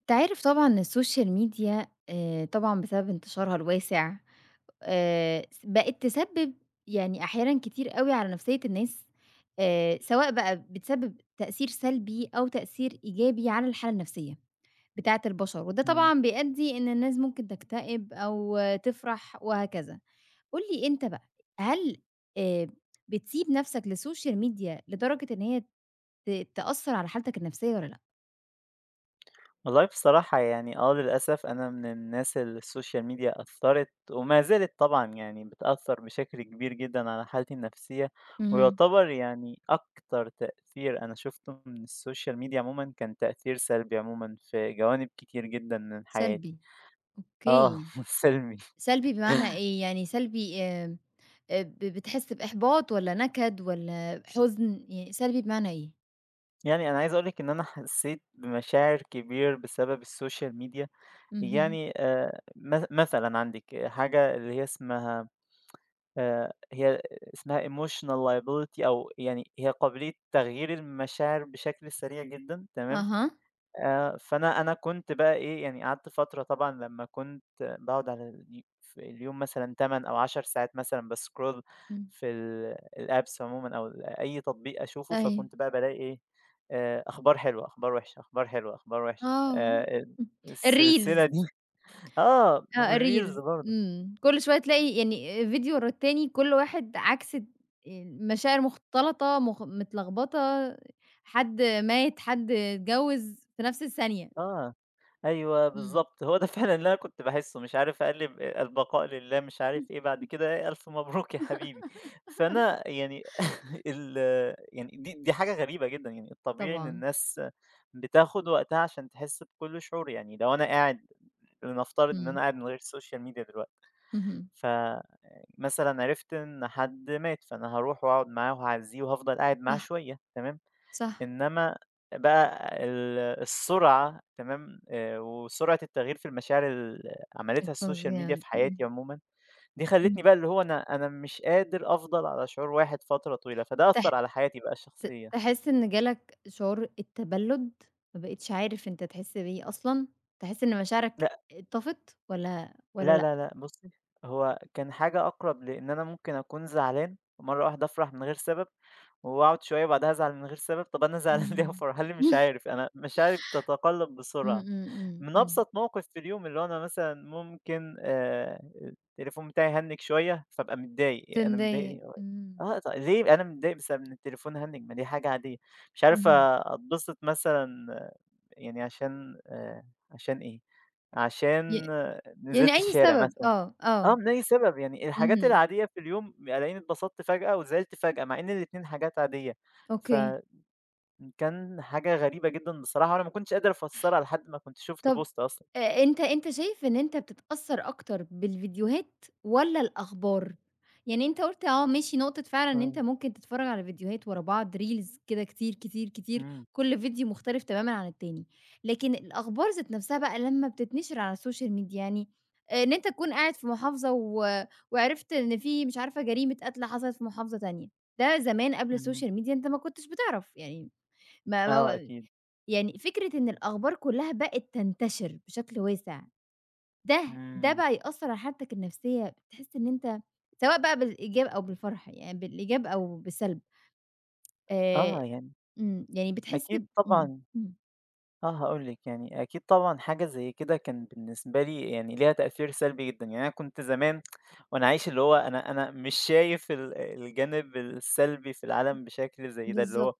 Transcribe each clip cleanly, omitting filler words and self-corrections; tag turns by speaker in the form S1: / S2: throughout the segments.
S1: أنت عارف طبعًا إن السوشيال ميديا طبعًا بسبب انتشارها الواسع، س بقت تسبب يعني أحيانًا كتير أوي على نفسية الناس، سواء بقى بتسبب تأثير سلبي أو تأثير إيجابي على الحالة النفسية بتاعة البشر، وده
S2: آه.
S1: طبعًا بيؤدي إن الناس ممكن تكتئب أو تفرح وهكذا. قُل لي أنت بقى، هل آآ بتسيب نفسك للسوشيال ميديا لدرجة إن هي تأثر على حالتك النفسية والّا لأ؟
S2: والله بصراحة للأسف أنا من الناس اللي السوشيال ميديا أثّرت وما زالت طبعًا يعني بتأثّر بشكل كبير جدًا على حالتي النفسية،
S1: اهم.
S2: ويعتبر يعني أكتر تأثير أنا شُفته من السوشيال ميديا عمومًا كان تأثير سلبي عمومًا في جوانب كتير جدًا من حياتي.
S1: سلبي.
S2: آه
S1: أوكي.
S2: سلبي.
S1: سلبي بمعنى إيه؟ يعني سلبي، آمم، ب بتحس بإحباط والّا نكد والّا حزن؟ يعني سلبي بمعنى إيه؟
S2: يعني أنا عايز أقول لِك إن أنا حسّيت بمشاعر كبير بسبب السوشيال ميديا،
S1: اهم.
S2: يعني مث مثلًا عندِك حاجة اللي هي اسمها هي اسمها emotional liability أو يعني هي قابلية تغيير المشاعر بشكل سريع جدًا تمام،
S1: أها.
S2: فأنا كنت بقى إيه، يعني قعدت فترة طبعًا لمّا كنت باقعد على ال في اليوم مثلًا 8 أو 10 ساعات مثلًا بscroll
S1: إمم.
S2: في الapps عمومًا أو ال أي تطبيق أشوفه،
S1: أيوه.
S2: فكنت بقى بالاقي إيه، أخبار حلوة، أخبار وحشة، أخبار حلوة، أخبار وحشة،
S1: آه. إمم.
S2: ال
S1: الreels.
S2: السلسلة دي آه
S1: آه،
S2: والreels
S1: الreels.
S2: برضه،
S1: إمم. كل شوية تلاقي يعني فيديو ورا التاني، كل واحد عكس مشاعر مختلطة، متلخبطة، حد مات، حد اتجوّز في نفس الثانية.
S2: آه. أيوه
S1: إمم.
S2: بالضبط، هو ده فعلًا اللي أنا كنت باحسّه، مش عارف أقلِّب البقاء لله مش عارف إيه، بعد كده إيه، ألف مبروك يا حبيبي. فأنا يعني ال يعني دي حاجة غريبة جدًا، يعني الطبيعي إن
S1: طبعًا.
S2: الناس بتاخد وقتها عشان تحس بكل شعور، يعني لو أنا قاعد لنفترض إن
S1: إمم.
S2: أنا قاعد من غير social media دلوقتي،
S1: اهم.
S2: فمثلًا عرفت إن حد مات، فأنا هاروح وأقعد معاه وهاعزّيه وهافضل قاعد معاه
S1: صح،
S2: شوية، تمام؟
S1: صح.
S2: إنما بقى ال السرعة تمام، وسرعة التغيير في المشاعر اللي عملتها السوشيال
S1: الفظيع
S2: ميديا في
S1: ده. إمم،
S2: حياتي عمومًا، دي خلّتني
S1: إمم.
S2: بقى اللي هو أنا مش قادر أفضل على شعور واحد فترة طويلة، فده
S1: تح
S2: أثّر على حياتي بقى
S1: ت
S2: الشخصية.
S1: تحس إن جالك شعور التبلد، ما بقيتش عارف أنت تحس بإيه أصلًا؟ تحس إن مشاعرك
S2: لأ،
S1: اتطفت والّا
S2: لا،
S1: لأ؟
S2: لا، لأ، بُصّي، هو كان حاجة أقرب لإن أنا ممكن أكون زعلان ومرّة واحدة أفرح من غير سبب، وأقعد شوية بعدها أزعل من غير سبب، طَب أنا زعلان ليه
S1: إمم.
S2: وفرحان ليه؟ مش عارف، أنا مشاعري بتتقلّب
S1: إمم،
S2: بسرعة.
S1: إمم، إمم،
S2: من
S1: إمم.
S2: أبسط موقف في اليوم، اللي هو أنا مثلًا ممكن التليفون بتاعي هنِّج شوية، فابقى متضايق، يعني أنا متضايق
S1: تتضايق.
S2: ليه؟
S1: إمم.
S2: آه، طب ليه أنا متضايق بسبب إن التليفون هنِّج؟ ما دي حاجة عادية، مش عارف
S1: اهم.
S2: أتبسط مثلًا آه، يعني عشان إيه؟
S1: ي
S2: عشان آه،
S1: يعني
S2: نزلت
S1: أي
S2: الشارع
S1: سبب،
S2: مثلًا،
S1: آه،
S2: آه،
S1: آه.
S2: من أي سبب، يعني الحاجات
S1: اهم.
S2: العادية في اليوم ألاقيني اتبسطت فجأة وزعلت فجأة، مع إن الاتنين حاجات عادية،
S1: أوكي.
S2: فكان حاجة غريبة جدًا بصراحة، وأنا ما كنتش قادر أفسّرها لحد ما كنت شُفت
S1: طب
S2: بوست أصلًا.
S1: أ أنت أنت شايف إن أنت بتتأثّر أكتر بالفيديوهات والّا الأخبار؟ يعني أنت قُلت آه، ماشي، نقطة فعلًا إن
S2: آه.
S1: أنت ممكن تتفرّج على فيديوهات ورا بعض reels كده كتير، كتير، كتير،
S2: إمم،
S1: كل فيديو مختلف تمامًا عن التاني، لكن الأخبار ذات نَفْسها بقى لمّا بتتنشر على السوشيال ميديا، يعني إن أنت تكون قاعد في محافظة و وعرفت إن في مش عارفة جريمة قتل حصلت في محافظة تانية، ده زمان قبل
S2: إمم،
S1: السوشيال ميديا أنت ما كنتش بتعرف يعني، ما
S2: آه
S1: ما
S2: أكيد،
S1: يعني فكرة إن الأخبار كلّها بقت تنتشر بشكل واسع، ده
S2: إمم،
S1: بقى يأثّر على حالتك النفسية، بتحس إن أنت سواء بقى بالإيجاب أو بالفرح، يعني بالإيجاب أو بالسلب، آآ
S2: آه يعني
S1: إمم، يعني بتحس
S2: أكيد
S1: ب إمم،
S2: طبعًا
S1: إمم.
S2: آه هاقول لِك يعني أكيد طبعًا حاجة زي كده كان بالنسبة لي يعني ليها تأثير سلبي جدًا، يعني أنا كنت زمان وأنا عايش اللي هو أنا مش شايف ال الجانب السلبي في العالم بشكل زي ده، اللي هو
S1: بالضبط.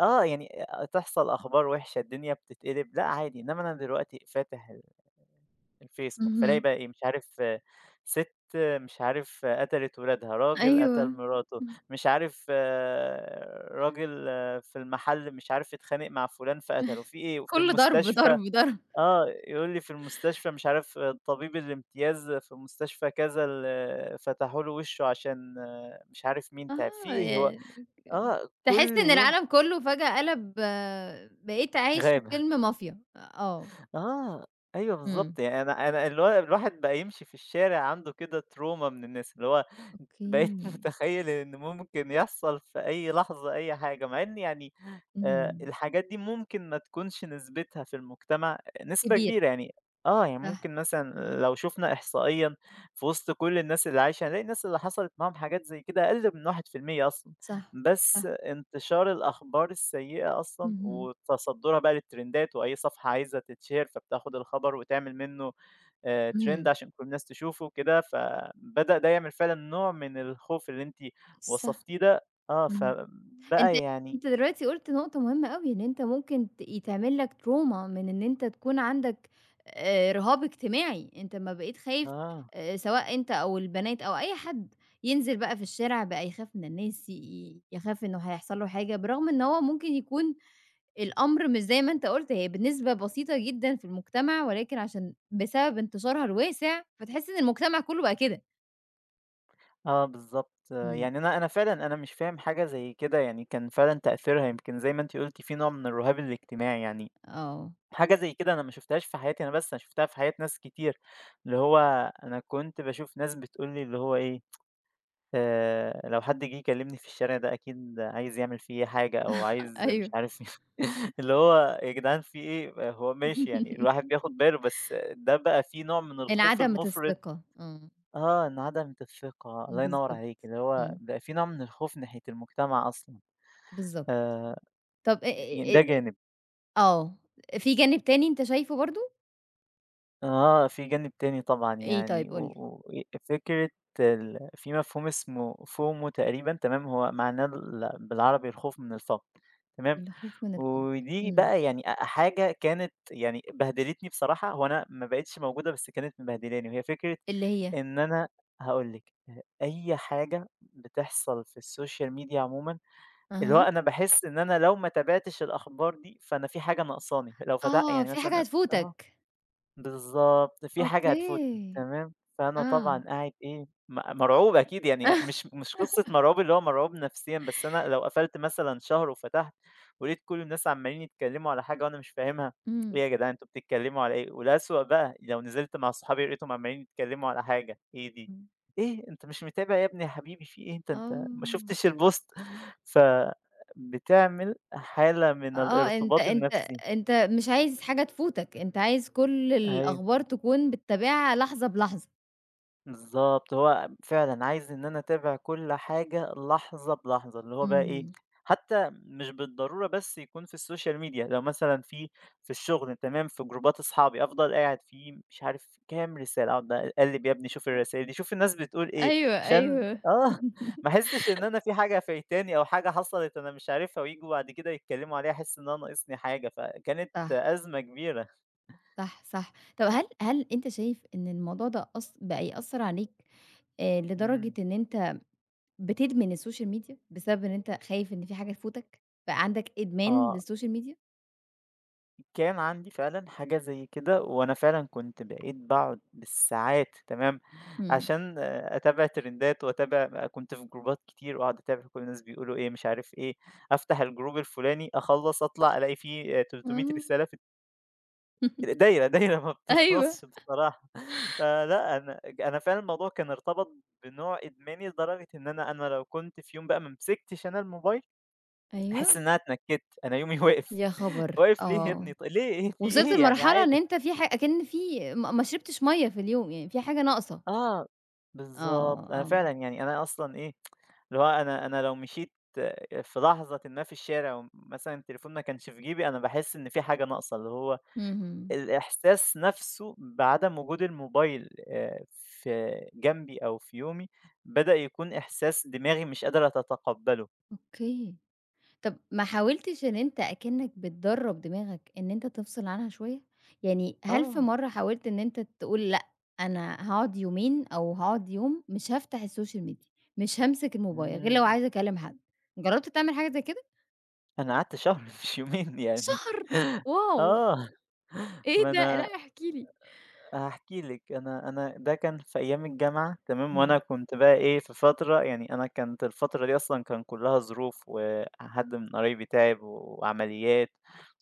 S2: آه يعني تحصل أخبار وحشة الدنيا بتتقلب، لأ عادي، إنما أنا دلوقتي فاتح الفيسبوك، فالاقي
S1: اهم.
S2: بقى إيه، مش عارف آه، سِت آه، مش عارف آه، قتلت ولادها، راجل قتل
S1: أيوه.
S2: مراته،
S1: إمم.
S2: مش عارف آه، راجل آه، في المحل مش عارف اتخانق مع فلان فقتله، في إيه؟ وفي
S1: كلّه ضرب، ضرب،
S2: المستشفى
S1: ضرب.
S2: آه، يقول لي في المستشفى مش عارف آه، طبيب الامتياز في مستشفى كذا ال فتحوا له وشه عشان آه، مش عارف مين تعب، في
S1: آه،
S2: إيه هو
S1: يعني
S2: آه،
S1: تحس
S2: كل
S1: إن
S2: يوم
S1: العالم كلّه فجأة قلب. آه، بقيت عايش في
S2: غابة،
S1: فيلم مافيا. آه.
S2: آه، أيوه
S1: إمم.
S2: بالضبط، يعني أنا اللي هو الواحد بقى يمشي في الشارع عنده كده تروما من الناس، اللي هو
S1: أوكي.
S2: بقيت متخيّل إن ممكن يحصل في أي لحظة أي حاجة، مع إن يعني
S1: اهم.
S2: الحاجات دي ممكن ما تكونش نسبتها في المجتمع نسبة
S1: كبير.
S2: كبيرة يعني آه، يعني
S1: صح.
S2: ممكن مثلًا لو شُفنا إحصائيًا في وسط كل الناس اللي عايشة، هنلاقي الناس اللي حصلت معاهم حاجات زي كده أقل من 1% أصلًا،
S1: صح،
S2: بس
S1: صح.
S2: انتشار الأخبار السيئة أصلًا
S1: اهم.
S2: وتصدُّرها بقى للترندات وأي صفحة عايزة تتشهر، فبتاخد الخبر وتعمل منّه trend
S1: اهم.
S2: عشان كل الناس تشوفه وكده، فبدأ ده يعمل فعلًا نوع من الخوف اللي أنتِ
S1: صح.
S2: وصفتيه ده آه،
S1: اهم. أنت
S2: فبقى يعني
S1: أنت دلوقتي قُلت نقطة مهمة أوي، إن أنت ممكن يتعمل لك تروما من إن أنت تكون عندك رهاب اجتماعي. أنت أمّا بقيت خايف،
S2: آه،
S1: سواء أنت أو البنات أو أي حد ينزل بقى في الشارع بقى يخاف من الناس، يخاف إنه هيحصل له حاجة، برغم إن هو ممكن يكون الأمر مش زي ما أنت قُلت، هي بنسبة بسيطة جدًا في المجتمع، ولكن عشان بسبب انتشارها الواسع، فتحس إن المجتمع كله بقى كده.
S2: آه بالضبط.
S1: إمم.
S2: يعني أنا فعلًا أنا مش فاهم حاجة زي كده، يعني كان فعلًا تأثيرها يمكن زي ما أنتِ قُلتِ في نوع من الرهاب الاجتماعي، يعني
S1: آه.
S2: حاجة زي كده أنا ما شُفتهاش في حياتي أنا بس، أنا شُفتها في حياة ناس كتير، اللي هو أنا كنت باشوف ناس بتقول لي اللي هو إيه لو حد جِه يكلمني في الشارع ده أكيد عايز يعمل فيّا حاجة أو عايز مش
S1: أيوه.
S2: عارف اللي هو يا جدعان في إيه؟ آه، هو ماشي يعني الواحد بياخد باله، بس ده بقى في نوع من الخوف
S1: انعدمت
S2: المُفرط
S1: الثقة. آه.
S2: آه، إن عدم الثقة، الله ينوّر
S1: بالضبط.
S2: عليك، اللي هو
S1: إمم.
S2: بقى في نوع من الخوف ناحية المجتمع أصلًا،
S1: بالضبط.
S2: آآ
S1: طب أ
S2: ي
S1: أ
S2: ده جانب.
S1: أ آه، في جانب تاني أنت شايفه برضه؟
S2: آه، في جانب تاني طبعًا
S1: إيه طيب
S2: يعني، و
S1: قُل لي؟
S2: و إيه، فكرة ال في مفهوم اسمه FOMO تقريبًا تمام، هو معناه ال بالعربي الخوف من الفقد تمام،
S1: الخوف من الفقد.
S2: ودي
S1: إمم.
S2: بقى يعني أ حاجة كانت يعني بهدلتني بصراحة، هو أنا ما بقتش موجودة بس كانت مبهدلاني، وهي فكرة
S1: اللي هي؟
S2: إن أنا هاقول لِك، أي حاجة بتحصل في السوشيال ميديا عمومًا، اللي هو
S1: أها.
S2: أنا باحس إن أنا لو ما تابعتش الأخبار دي، فأنا في حاجة ناقصاني، لو فتح
S1: آه،
S2: يعني
S1: في حاجة
S2: مثلًا آه.
S1: هتفوتك.
S2: بالضبط، في حاجة هتفوتني،
S1: أوكي.
S2: تمام، فأنا
S1: آه.
S2: طبعًا قاعد إيه، م مرعوب أكيد يعني مش مش قصة مرعوب اللي هو مرعوب نفسيًا، بس أنا لو قفلت مثلًا شهر وفتحت ولقيت كل الناس عمّالين يتكلموا على حاجة وأنا مش فاهمها،
S1: إمم،
S2: إيه يا جدعان أنتم بتتكلموا على إيه؟ والأسوأ بقى لو نزلت مع صحابي لقيتهم عمّالين يتكلموا على حاجة، إيه دي؟
S1: إمم.
S2: إيه أنت مش متابع يا ابني يا حبيبي في إيه أنت ما
S1: آه،
S2: شُفتش البوست؟ فبتعمل حالة من
S1: آه. أنت
S2: الارتباط
S1: أنت
S2: النفسي،
S1: أنت مش عايز حاجة تفوتك، أنت عايز كل
S2: أيوه.
S1: الأخبار تكون بتتابعها لحظة بلحظة.
S2: بالضبط، هو فعلًا عايز إن أنا أتابع كل حاجة لحظة بلحظة، اللي هو بقى إيه،
S1: إمم.
S2: حتى مش بالضرورة بس يكون في السوشيال ميديا، لو مثلًا في في الشغل تمام، في جروبات أصحابي أفضل قاعد فيه مش عارف كام رسالة، أقعد بقى أقلِّب يا ابني شوف الرسايل دي، شوف الناس بتقول إيه،
S1: أيوه،
S2: عشان
S1: أيوه.
S2: آه، ما أحسّش إن أنا في حاجة فايتاني أو حاجة حصلت أنا مش عارفها وييجوا بعد كده يتكلموا عليها أحس إن أنا ناقصني حاجة، فكانت
S1: صح،
S2: أزمة كبيرة.
S1: صح، صح. طب هل أنت شايف إن الموضوع ده بقى يأثّر عليك لدرجة
S2: إمم،
S1: إن أنت بتدمن السوشيال ميديا، بسبب إن أنت خايف إن في حاجة تفوتك، بقى عندك إدمان
S2: آه.
S1: للسوشيال ميديا؟
S2: كان عندي فعلًا حاجة زي كده، وأنا فعلًا كنت بقيت باقعد بالساعات تمام،
S1: إمم.
S2: عشان آه، أتابع ترندات وأتابع كنت في جروبات كتير وأقعد أتابع كل الناس بيقولوا إيه، مش عارف إيه، أفتح الجروب الفلاني أخلّص أطلع ألاقي فيه 300
S1: آه.
S2: رسالة في دايرة، دايرة ما
S1: أيوه.
S2: بتخلصش بصراحة. فلأ، أنا فعلًا الموضوع كان ارتبط بنوع إدماني لدرجة إن أنا لو كنت في يوم بقى ما مسكتش أنا الموبايل، أحس
S1: أيوه،
S2: إن أنا اتنكدت، أنا يومي وقف،
S1: يا خبر!
S2: واقف ليه يا
S1: آه.
S2: ابني ط ليه ايه في
S1: وصلت
S2: إيه يعني
S1: لمرحلة إن
S2: عادي.
S1: أنت في أكِن في ما شربتش مَيّة في اليوم، يعني في حاجة ناقصة.
S2: آه،
S1: آه،
S2: بالضبط، أنا
S1: آه.
S2: فعلًا يعني أنا أصلًا إيه، اللي هو أنا لو مشيت آه، في لحظةٍ ما في الشارع ومثلًا التليفون ما كانش في جيبي، أنا باحس إن في حاجة ناقصة، اللي هو
S1: اهم.
S2: الإحساس نفسه بعدم وجود الموبايل في جنبي أو في يومي، بدأ يكون إحساس دماغي مش قادرة تتقبله.
S1: أوكي. طب ما حاولتش إن أنت أكنك بتدرّب دماغك إن أنت تفصل عنها شوية؟ يعني هل في
S2: آه،
S1: مرّة حاولت إن أنت تقول لأ، أنا هاقعد يومين أو هاقعد يوم مش هافتح السوشيال ميديا، مش هامسك الموبايل غير لو
S2: إمم،
S1: عايزة أكلم حد، جرّبت تعمل حاجة زي كده؟
S2: أنا قعدت شهر مش يومين يعني،
S1: شهر! واو!
S2: آه،
S1: إيه
S2: ما
S1: ده؟
S2: أنا
S1: لأ احكِ لي.
S2: هاحكي لِك، أنا أنا ده كان في أيام الجامعة تمام،
S1: إمم.
S2: وأنا كنت بقى إيه، في فترة يعني أنا كانت الفترة دي أصلًا كان كلّها ظروف، وحد من قرايبي تعب وعمليات،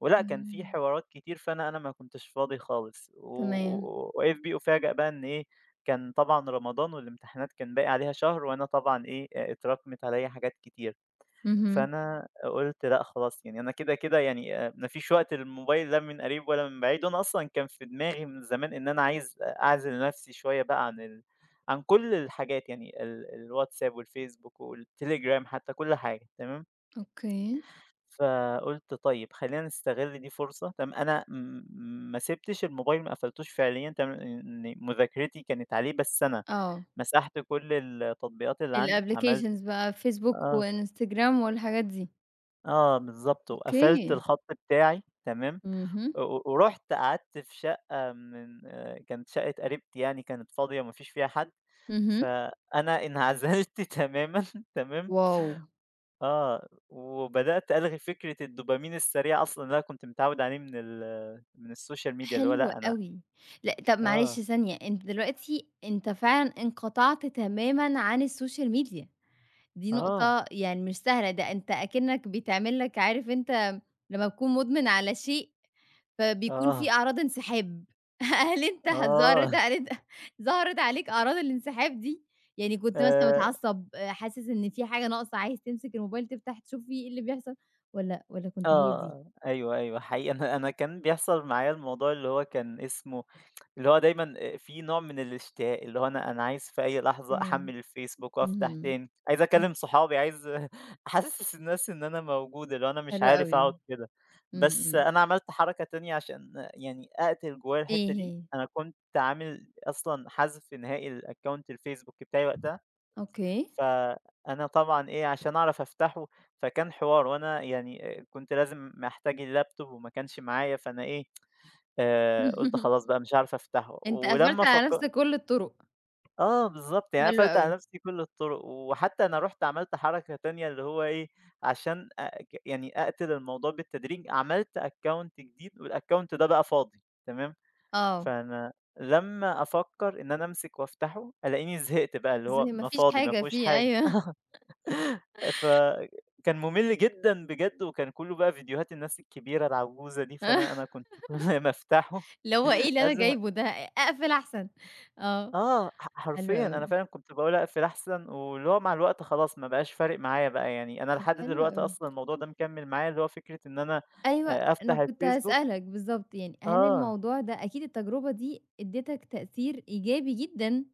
S2: ولأ كان في
S1: إمم.
S2: حوارات كتير، فأنا ما كنتش فاضي خالص، و
S1: تمام.
S2: و وإذ بي أُفاجأ بقى إن إيه، كان طبعًا رمضان والامتحانات كان باقي عليها شهر، وأنا طبعًا إيه، اتراكمت عليَّ حاجات كتير.
S1: اهم.
S2: فأنا قُلت لأ خلاص، يعني أنا كده، كده يعني ما فيش وقت للموبايل لا من قريب ولا من بعيد، وأنا أصلًا كان في دماغي من زمان إن أنا عايز أعزل نَفْسي شوية بقى عن ال عن كل الحاجات يعني ال الWhatsApp والFacebook والTelegram حتى كل حاجة تمام،
S1: أوكي.
S2: فقُلت طيب خلّينا نستغل دي فرصة تمام، أنا م ما سِبتش الموبايل ما قفلتوش فعليًا تمام، لإن مذاكرتي كانت عليه، بس أنا
S1: آه.
S2: مسحت كل التطبيقات اللي عندي، عملت
S1: الapplications بقى فيسبوك
S2: آه.
S1: وإنستجرام والحاجات دي.
S2: آه، بالضبط، وقفلت
S1: أوكي.
S2: الخط بتاعي تمام،
S1: اهم.
S2: و ورُحت قعدت في شقة من آه، كانت شقة قريبتي يعني كانت فاضية ما فيش فيها حد،
S1: اهم.
S2: فأنا انعزلت تمامًا تمام،
S1: واو!
S2: آه، وبدأت ألغي فكرة الدوبامين السريع أصلًا اللي أنا كنت متعود عليه من ال من الSocial media اللي هو
S1: حلو
S2: لأ أنا
S1: أوي. لأ، طب معلش
S2: آه،
S1: ثانية، أنت دلوقتي أنت فعلًا انقطعت تمامًا عن الSocial media، دي
S2: آه،
S1: نقطة يعني مش سهلة، ده أنت أكنّك بيتعمل لك. عارف أنت لمّا تكون مدمن على شيء، فبيكون في
S2: آه،
S1: أعراض انسحاب. هل أنت ظهرت
S2: آه،
S1: عليك ظهرت عليك أعراض الانسحاب دي؟ يعني كنت مثلًا
S2: آآ،
S1: متعصب، حاسس إن في حاجة ناقصة، عايز تمسك الموبايل تفتح تشوف في إيه اللي بيحصل والّا كنت هادي؟
S2: آه، أيوه، أيوه، حقيقي أنا كان بيحصل معايا الموضوع اللي هو كان اسمه اللي هو دايمًا في نوع من الاشتياق، اللي هو أنا عايز في أي
S1: آآ،
S2: لحظة أحمّل الفيسبوك
S1: اهم.
S2: وأفتح تاني، عايز
S1: إمم.
S2: أكلم صحابي، عايز أحسّس الناس إن أنا موجود، اللي هو أنا مش
S1: حلو
S2: عارف
S1: أوي.
S2: أقعد كده.
S1: إمم،
S2: بس
S1: إمم.
S2: أنا عملت حركة تانية عشان يعني أقتل جوايا الحتّة
S1: إيه
S2: دي،
S1: هي؟
S2: أنا كنت عامل أصلًا حذف نهائي لأكونت الفيسبوك بتاعي وقتها،
S1: أوكي.
S2: فأنا طبعًا إيه، عشان أعرف أفتحه فكان حوار، وأنا يعني كنت لازم محتاج اللاب توب وما كانش معايا، فأنا إيه، قُلت خلاص بقى مش هاعرف أفتحه،
S1: أنت قفلت
S2: ولمّا فك
S1: على نفسك كل الطرق.
S2: آه بالضبط، يعني أنا
S1: حلو
S2: قفلت
S1: أوي.
S2: على نفسي كل الطرق، وحتى أنا رُحت عملت حركة تانية اللي هو إيه، عشان أ ك يعني أقتل الموضوع بالتدريج، عملت account جديد والaccount ده بقى فاضي تمام،
S1: آه.
S2: فأنا لمّا أفكر إن أنا أمسك وأفتحه، ألاقيني زهقت بقى اللي هو
S1: زي ما
S2: ما
S1: فيش
S2: فاضي ما
S1: حاجة
S2: فيهوش
S1: فيه،
S2: حاجة،
S1: أيوه.
S2: فكان مُمِل جدًا بجد، وكان كُلّه بقى فيديوهات الناس الكبيرة العجوزة دي، فأنا كنت كل ما أفتحه
S1: اللي هو إيه اللي أنا
S2: أزهق.
S1: جايبه ده، أقفل أحسن. آه.
S2: آه، ح
S1: حلو
S2: حرفيًا
S1: أوي.
S2: أنا فعلًا كنت باقول أقفل أحسن، واللي هو مع الوقت خلاص ما بقاش فارق معايا بقى يعني، أنا
S1: طب،
S2: لحد
S1: حلو
S2: دلوقتي
S1: أوي.
S2: أصلًا الموضوع ده مكمّل معايا، اللي هو فكرة إن أنا
S1: أيوه، أنا
S2: أفتح
S1: كنت
S2: الFacebook
S1: هاسألك بالضبط يعني، هل
S2: آه،
S1: الموضوع ده أكيد التجربة دي ادّتك تأثير إيجابي جدًا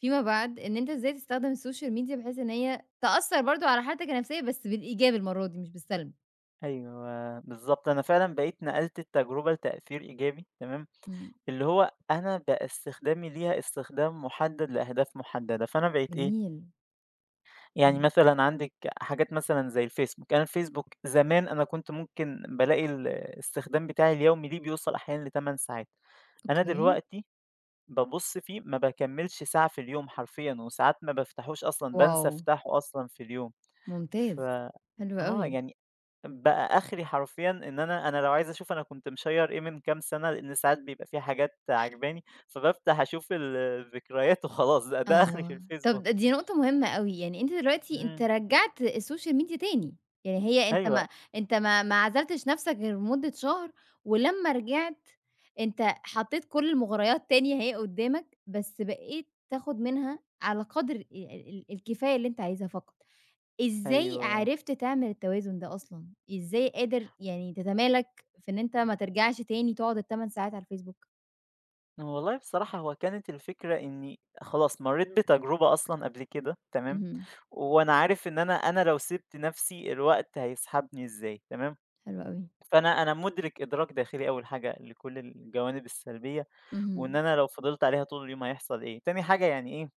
S1: فيما بعد، إن أنت إزاي تستخدم السوشيال ميديا بحيث إن هي تأثّر برضه على حالتك النفسية، بس بالإيجاب المرّة دي مش بالسلب.
S2: أيوه بالضبط، أنا فعلًا بقيت نقلت التجربة لتأثير إيجابي تمام،
S1: إمم.
S2: اللي هو أنا بقى استخدامي ليها استخدام محدد لأهداف محددة، فأنا بقيت إيه،
S1: جميل.
S2: يعني
S1: إمم.
S2: مثلًا عندِك حاجات مثلًا زي الFacebook، أنا الFacebook زمان أنا كنت ممكن بالاقي الاستخدام بتاعي اليومي ليه بيوصل أحيانًا ل8 ساعات. أنا
S1: أوكي.
S2: دلوقتي بابُص فيه ما باكمّلش ساعة في اليوم حرفيًا، وساعات ما بافتحوش أصلًا،
S1: واو!
S2: بانسى أفتحه أصلًا في اليوم. ف
S1: ممتاز. حلو
S2: آه،
S1: أوي.
S2: يعني بقى آخري حرفيًا إن أنا لو عايز أشوف أنا كنت مشيّر إيه من كام سَنة، لإن ساعات بيبقى في حاجات عاجباني، فبافتح أشوف ال الذكريات وخلاص، ده آخري في
S1: آه، طب
S2: الفيسبوك.
S1: دي نقطة مهمة أوي، يعني أنت دلوقتي أنت
S2: إمم،
S1: رجّعت السوشيال ميديا تاني، يعني هي أنت
S2: أيوه،
S1: ما أنت ما ما عزلتش نفْسك غير لمدة شهر، ولمّا رجعت أنت حطيت كل المغريات تاني أهي قدّامك، بس بقيت تاخد منها على قدر ال ال الكفاية اللي أنت عايزها فقط. إزاي
S2: أيوه.
S1: عرفت تعمل التوازن ده أصلًا؟ إزاي قادر يعني تتمالك في إن أنت ما ترجعش تاني تقعد ال8 ساعات على الفيسبوك؟
S2: والله بصراحة هو كانت الفكرة إني خلاص مرّيت بتجربة أصلًا قبل كده تمام،
S1: اهم.
S2: وأنا عارف إن أنا لو سِبت نَفْسي الوقت هيسحبني إزاي تمام،
S1: حلو أوي.
S2: فأنا مُدرِك إدراك داخلي أول حاجة لكل الجوانب السلبية، وإن
S1: اهم.
S2: أنا لو فضلت عليها طول اليوم هيحصل إيه، تاني حاجة يعني إيه،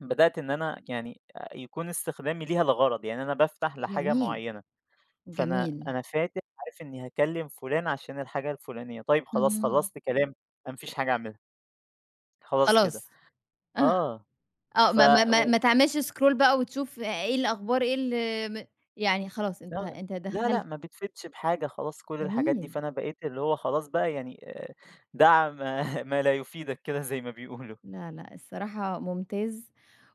S2: بدأت إن أنا يعني يكون استخدامي ليها لغرض، يعني أنا بافتح لحاجة
S1: جميل،
S2: معيّنة، فأنا
S1: جميل.
S2: أنا فاتح عارف إني هاكلّم فُلان عشان الحاجة الفُلانية، طيب خلاص
S1: اهم.
S2: خلّصت كلام، أنا ما فيش حاجة أعملها، خلاص كده.
S1: خلاص. آه.
S2: آه.
S1: آه،
S2: ف
S1: ما ما ما
S2: و
S1: ما تعملش scroll بقى وتشوف إيه الأخبار، إيه ال م يعني خلاص
S2: لأ،
S1: أنت
S2: لا، لأ،
S1: دخّلت.
S2: ما بتفيدش بحاجة خلاص كل الحاجات دي،
S1: جميل.
S2: فأنا بقيت اللي هو خلاص بقى يعني دع ما ما لا يفيدك كده زي ما بيقولوا.
S1: لا، لأ، الصراحة ممتاز،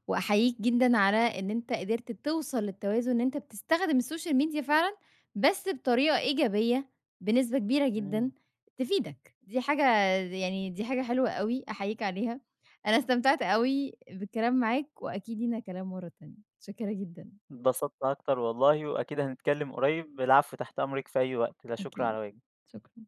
S1: وأحييك جدًا على إن أنت قدرت توصل للتوازن، إن أنت بتستخدم السوشيال ميديا فعلًا، بس بطريقة إيجابية بنسبة كبيرة جدًا
S2: إمم،
S1: تفيدك، دي حاجة حلوة أوي، أحييك عليها. أنا استمتعت أوي بالكلام معاك، وأكيد لينا كلام مرة تانية. متشكرة جدًا.
S2: اتبسطت أكتر والله، وأكيد هنتكلم قريب. العفو، تحت أمرِك في أي وقت، لا شكر على
S1: أكيد.
S2: واجب.
S1: شكرًا.